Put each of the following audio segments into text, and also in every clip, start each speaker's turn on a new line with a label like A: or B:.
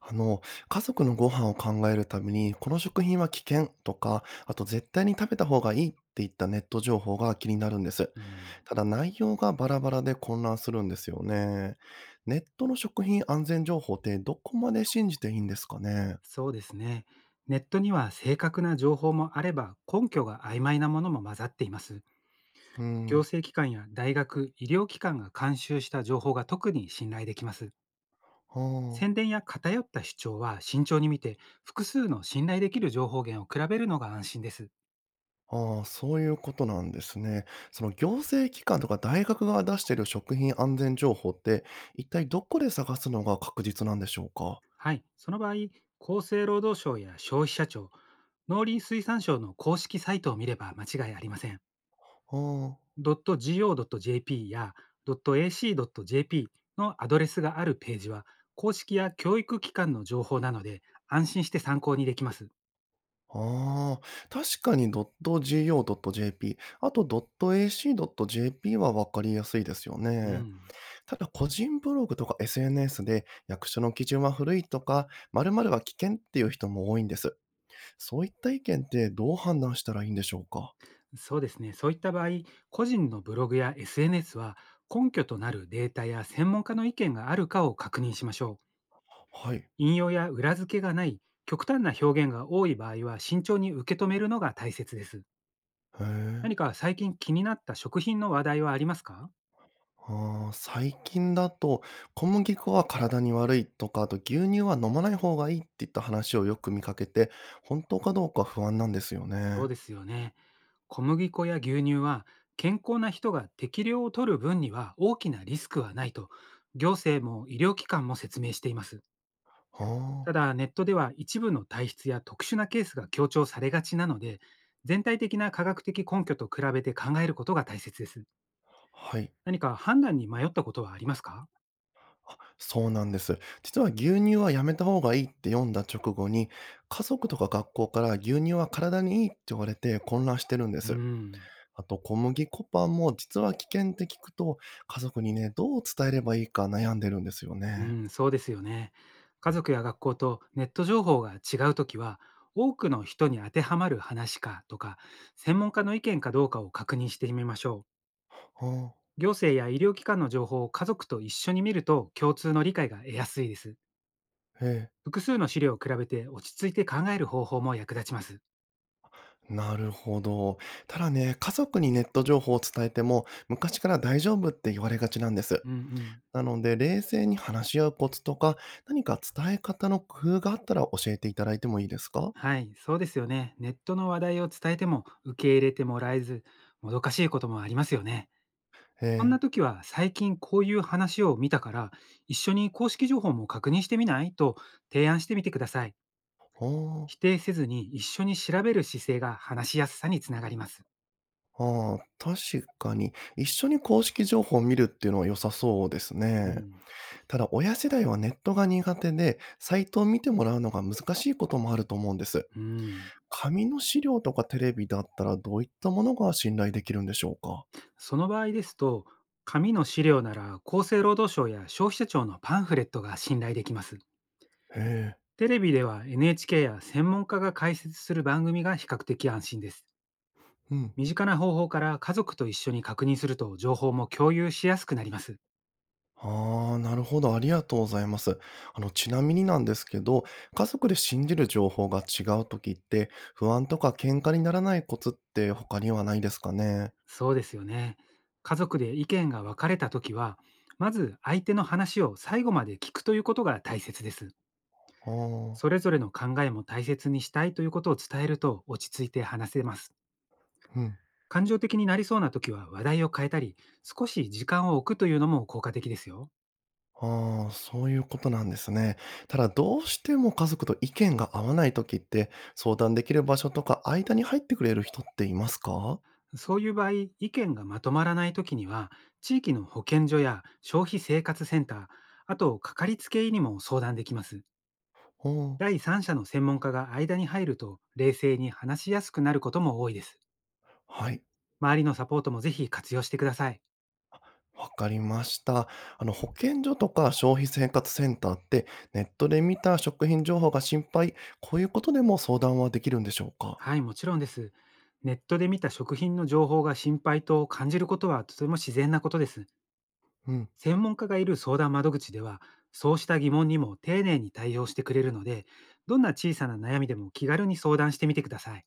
A: あの、家族のご飯を考えるために、この食品は危険とか、あと絶対に食べた方がいいっていったネット情報が気になるんです。
B: うん、
A: ただ内容がバラバラで混乱するんですよね。ネットの食品安全情報ってどこまで信じていいんですかね。
B: そうですね。ネットには正確な情報もあれば、根拠が曖昧なものも混ざっています。
A: う
B: 行
A: ん。
B: 政機関や大学、医療機関が監修した情報が特に信頼できます。
A: は
B: 宣
A: あ。
B: 伝や偏った主張は慎重に見て、複数の信頼できる情報源を比べるのが安心です。
A: ああ、そういうことなんですね。その行政機関とか大学が出している食品安全情報って、一体どこで探すのが確実なんでしょうか。
B: はい、その場合、厚生労働省や消費者庁、農林水産省の公式サイトを見れば間違いありません。
A: うん。はあ。
B: .go.jp や .ac.jp のアドレスがあるページは、公式や教育機関の情報なので、安心して参考にできます。
A: ああ、確かに .go.jp、あと .ac.jp はわかりやすいですよ
B: う
A: ね。
B: ん、
A: ただ個人ブログとか SNS で役所の基準は古いとか、〇〇は危険っていう人も多いんです。そういった意見ってどう判断したらいいんでしょうか。
B: そうですね。そういった場合、個人のブログや SNS は、根拠となるデータや専門家の意見があるかを確認しましょう。
A: はい。
B: 引用や裏付けがない、極端な表現が多い場合は、慎重に受け止めるのが大切です。
A: へえ。
B: 何か最近気になった食品の話題はありますか？
A: ああ、最近だと小麦粉は体に悪いとか、あと牛乳は飲まない方がいいっていった話をよく見かけて、本当かどうか不安なんですよ
B: そう
A: ね。
B: ですよね。小麦粉や牛乳は健康な人が適量を取る分には大きなリスクはないと行政も医療機関も説明しています。
A: ああ、
B: ただネットでは一部の体質や特殊なケースが強調されがちなので全体的な科学的根拠と比べて考えることが大切です。
A: はい。
B: 何か判断に迷ったことはありますか？
A: そうなんです。実は牛乳はやめた方がいいって読んだ直後に、家族とか学校から牛乳は体にいいって言われて混乱してるんで
B: うー
A: す。
B: ん。
A: あと小麦粉パンも実は危険って聞くと、家族にね、どう伝えればいいか悩んでるんですよ
B: う
A: ね。
B: ん、そうですよね。家族や学校とネット情報が違うときは、多くの人に当てはまる話かとか、専門家の意見かどうかを確認してみましょう。
A: ああ、
B: 行政や医療機関の情報を家族と一緒に見ると共通の理解が得やすいです。
A: ええ。
B: 複数の資料を比べて落ち着いて考える方法も役立ちます。
A: なるほど。ただね、家族にネット情報を伝えても、昔から大丈夫って言われがちなんです。
B: うんうん。
A: なので、冷静に話し合うコツとか、何か伝え方の工夫があったら教えていただいてもいいですか。
B: はい、そうですよね。ネットの話題を伝えても受け入れてもらえず、もどかしいこともありますよね。そんな
A: ええ。
B: 時は、最近こういう話を見たから、一緒に公式情報も確認してみないと提案してみてください。
A: ああ、
B: 否定せずに一緒に調べる姿勢が話しやすさにつながります。
A: ああ、確かに。一緒に公式情報を見るっていうのは良さそうです
B: う
A: ね。
B: ん、
A: ただ、親世代はネットが苦手で、サイトを見てもらうのが難しいこともあると思うんです。
B: うん。
A: 紙の資料とかテレビだったらどういったものが信頼できるんでしょうか。
B: その場合ですと、紙の資料なら厚生労働省や消費者庁のパンフレットが信頼できます。
A: へ
B: テレビでは NHK や専門家が解説する番組が比較的安心です。
A: え、うん。
B: 身近な方法から家族と一緒に確認すると情報も共有しやすくなります。
A: ああ、なるほど。ありがとうございます。ちなみになんですけど、家族で信じる情報が違うときって、不安とか喧嘩にならないコツって他にはないですかね。
B: そうですよね。家族で意見が分かれたときは、まず相手の話を最後まで聞くということが大切です。
A: ああ、
B: それぞれの考えも大切にしたいということを伝えると落ち着いて話せます。
A: うん。
B: 感情的になりそうなときは話題を変えたり、少し時間を置くというのも効果的ですよ。
A: ああ、そういうことなんですね。ただ、どうしても家族と意見が合わないときって、相談できる場所とか、間に入ってくれる人っていますか。
B: そういう場合、意見がまとまらないときには、地域の保健所や消費生活センター、あとかかりつけ医にも相談できます。
A: うん。
B: 第三者の専門家が間に入ると冷静に話しやすくなることも多いです。
A: はい。
B: 周りのサポートもぜひ活用してください。
A: わかりました。保健所とか消費生活センターって、ネットで見た食品情報が心配、こういうことでも相談はできるんでしょうか。
B: はい、もちろんです。ネットで見た食品の情報が心配と感じることはとても自然なことです。
A: うん。
B: 専門家がいる相談窓口では、そうした疑問にも丁寧に対応してくれるので、どんな小さな悩みでも気軽に相談してみてください。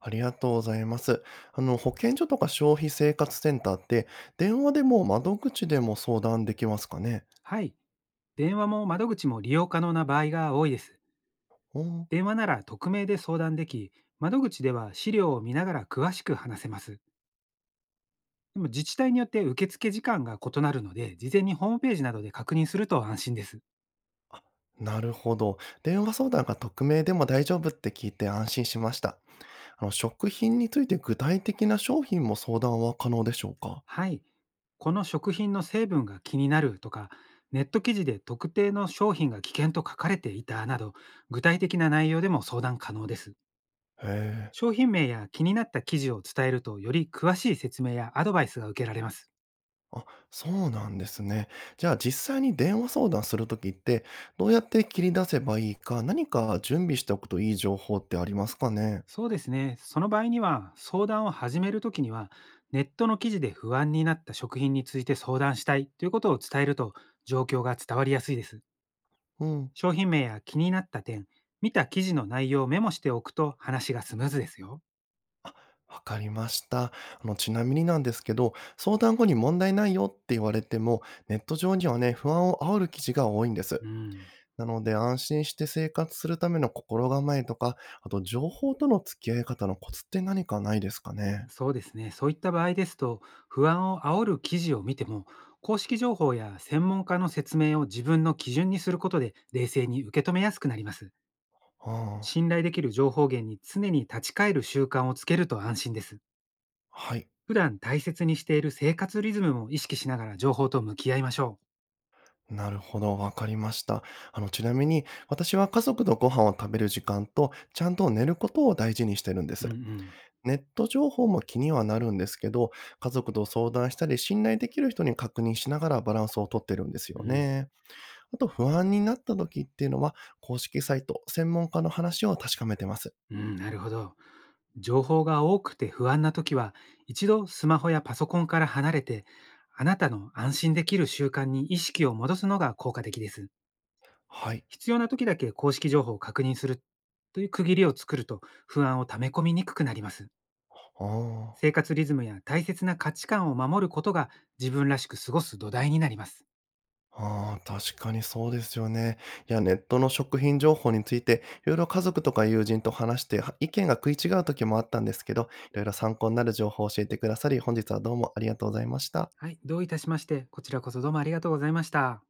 A: ありがとうございます。保健所とか消費生活センターって、電話でも窓口でも相談できますかね。
B: はい、電話も窓口も利用可能な場合が多いです。
A: うん。
B: 電話なら匿名で相談でき、窓口では資料を見ながら詳しく話せます。でも自治体によって受付時間が異なるので、事前にホームページなどで確認すると安心です。
A: あ、なるほど。電話相談が匿名でも大丈夫って聞いて安心しました。食品について具体的な商品も相談は可能でしょうか。
B: はい。この食品の成分が気になるとか、ネット記事で特定の商品が危険と書かれていたなど、具体的な内容でも相談可能です。
A: へえ。
B: 商品名や気になった記事を伝えると、より詳しい説明やアドバイスが受けられます。
A: あ、そうなんですね。じゃあ実際に電話相談するときって、どうやって切り出せばいいか、何か準備しておくといい情報ってありますかね。
B: そうですね。その場合には、相談を始めるときには、ネットの記事で不安になった食品について相談したいということを伝えると、状況が伝わりやすいです。
A: うん。
B: 商品名や気になった点、見た記事の内容をメモしておくと話がスムーズですよ。
A: あ、わかりました。ちなみになんですけど、相談後に問題ないよって言われても、ネット上にはね、不安を煽る記事が多いんです。
B: うん、
A: なので、安心して生活するための心構えとか、あと情報との付き合い方のコツって何かないですかね？
B: そうですね。そういった場合ですと、不安を煽る記事を見ても、公式情報や専門家の説明を自分の基準にすることで冷静に受け止めやすくなります。
A: ああ、
B: 信頼できる情報源に常に立ち返る習慣をつけると安心です。
A: はい、
B: 普段大切にしている生活リズムも意識しながら情報と向き合いましょ
A: なるほど、わかりました。ちなみに、私は家族とご飯を食べる時間と、ちゃんと寝ることを大事にしてるんで
B: う。
A: す。
B: うんうん。
A: ネット情報も気にはなるんですけど、家族と相談したり、信頼できる人に確認しながらバランスをとってるんです
B: う
A: よ
B: ん。
A: ね。あと不安になった時っていうのは、公式サイト、専門家の話を確かめてます。
B: うん、なるほど。情報が多くて不安な時は、一度スマホやパソコンから離れて、あなたの安心できる習慣に意識を戻すのが効果的です。
A: はい。
B: 必要な時だけ公式情報を確認するという区切りを作ると不安を溜め込みにくくなります。
A: あ
B: 生活リズムや大切な価値観を守ることが自分らしく過ごす土台になります。
A: あ、ああ、確かにそうですよね。いや、ネットの食品情報について、いろいろ家族とか友人と話して、は意見が食い違う時もあったんですけど、いろいろ参考になる情報を教えてくださり、本日はどうもありがとうございました。
B: はい、どういたしまして、こちらこそどうもありがとうございました。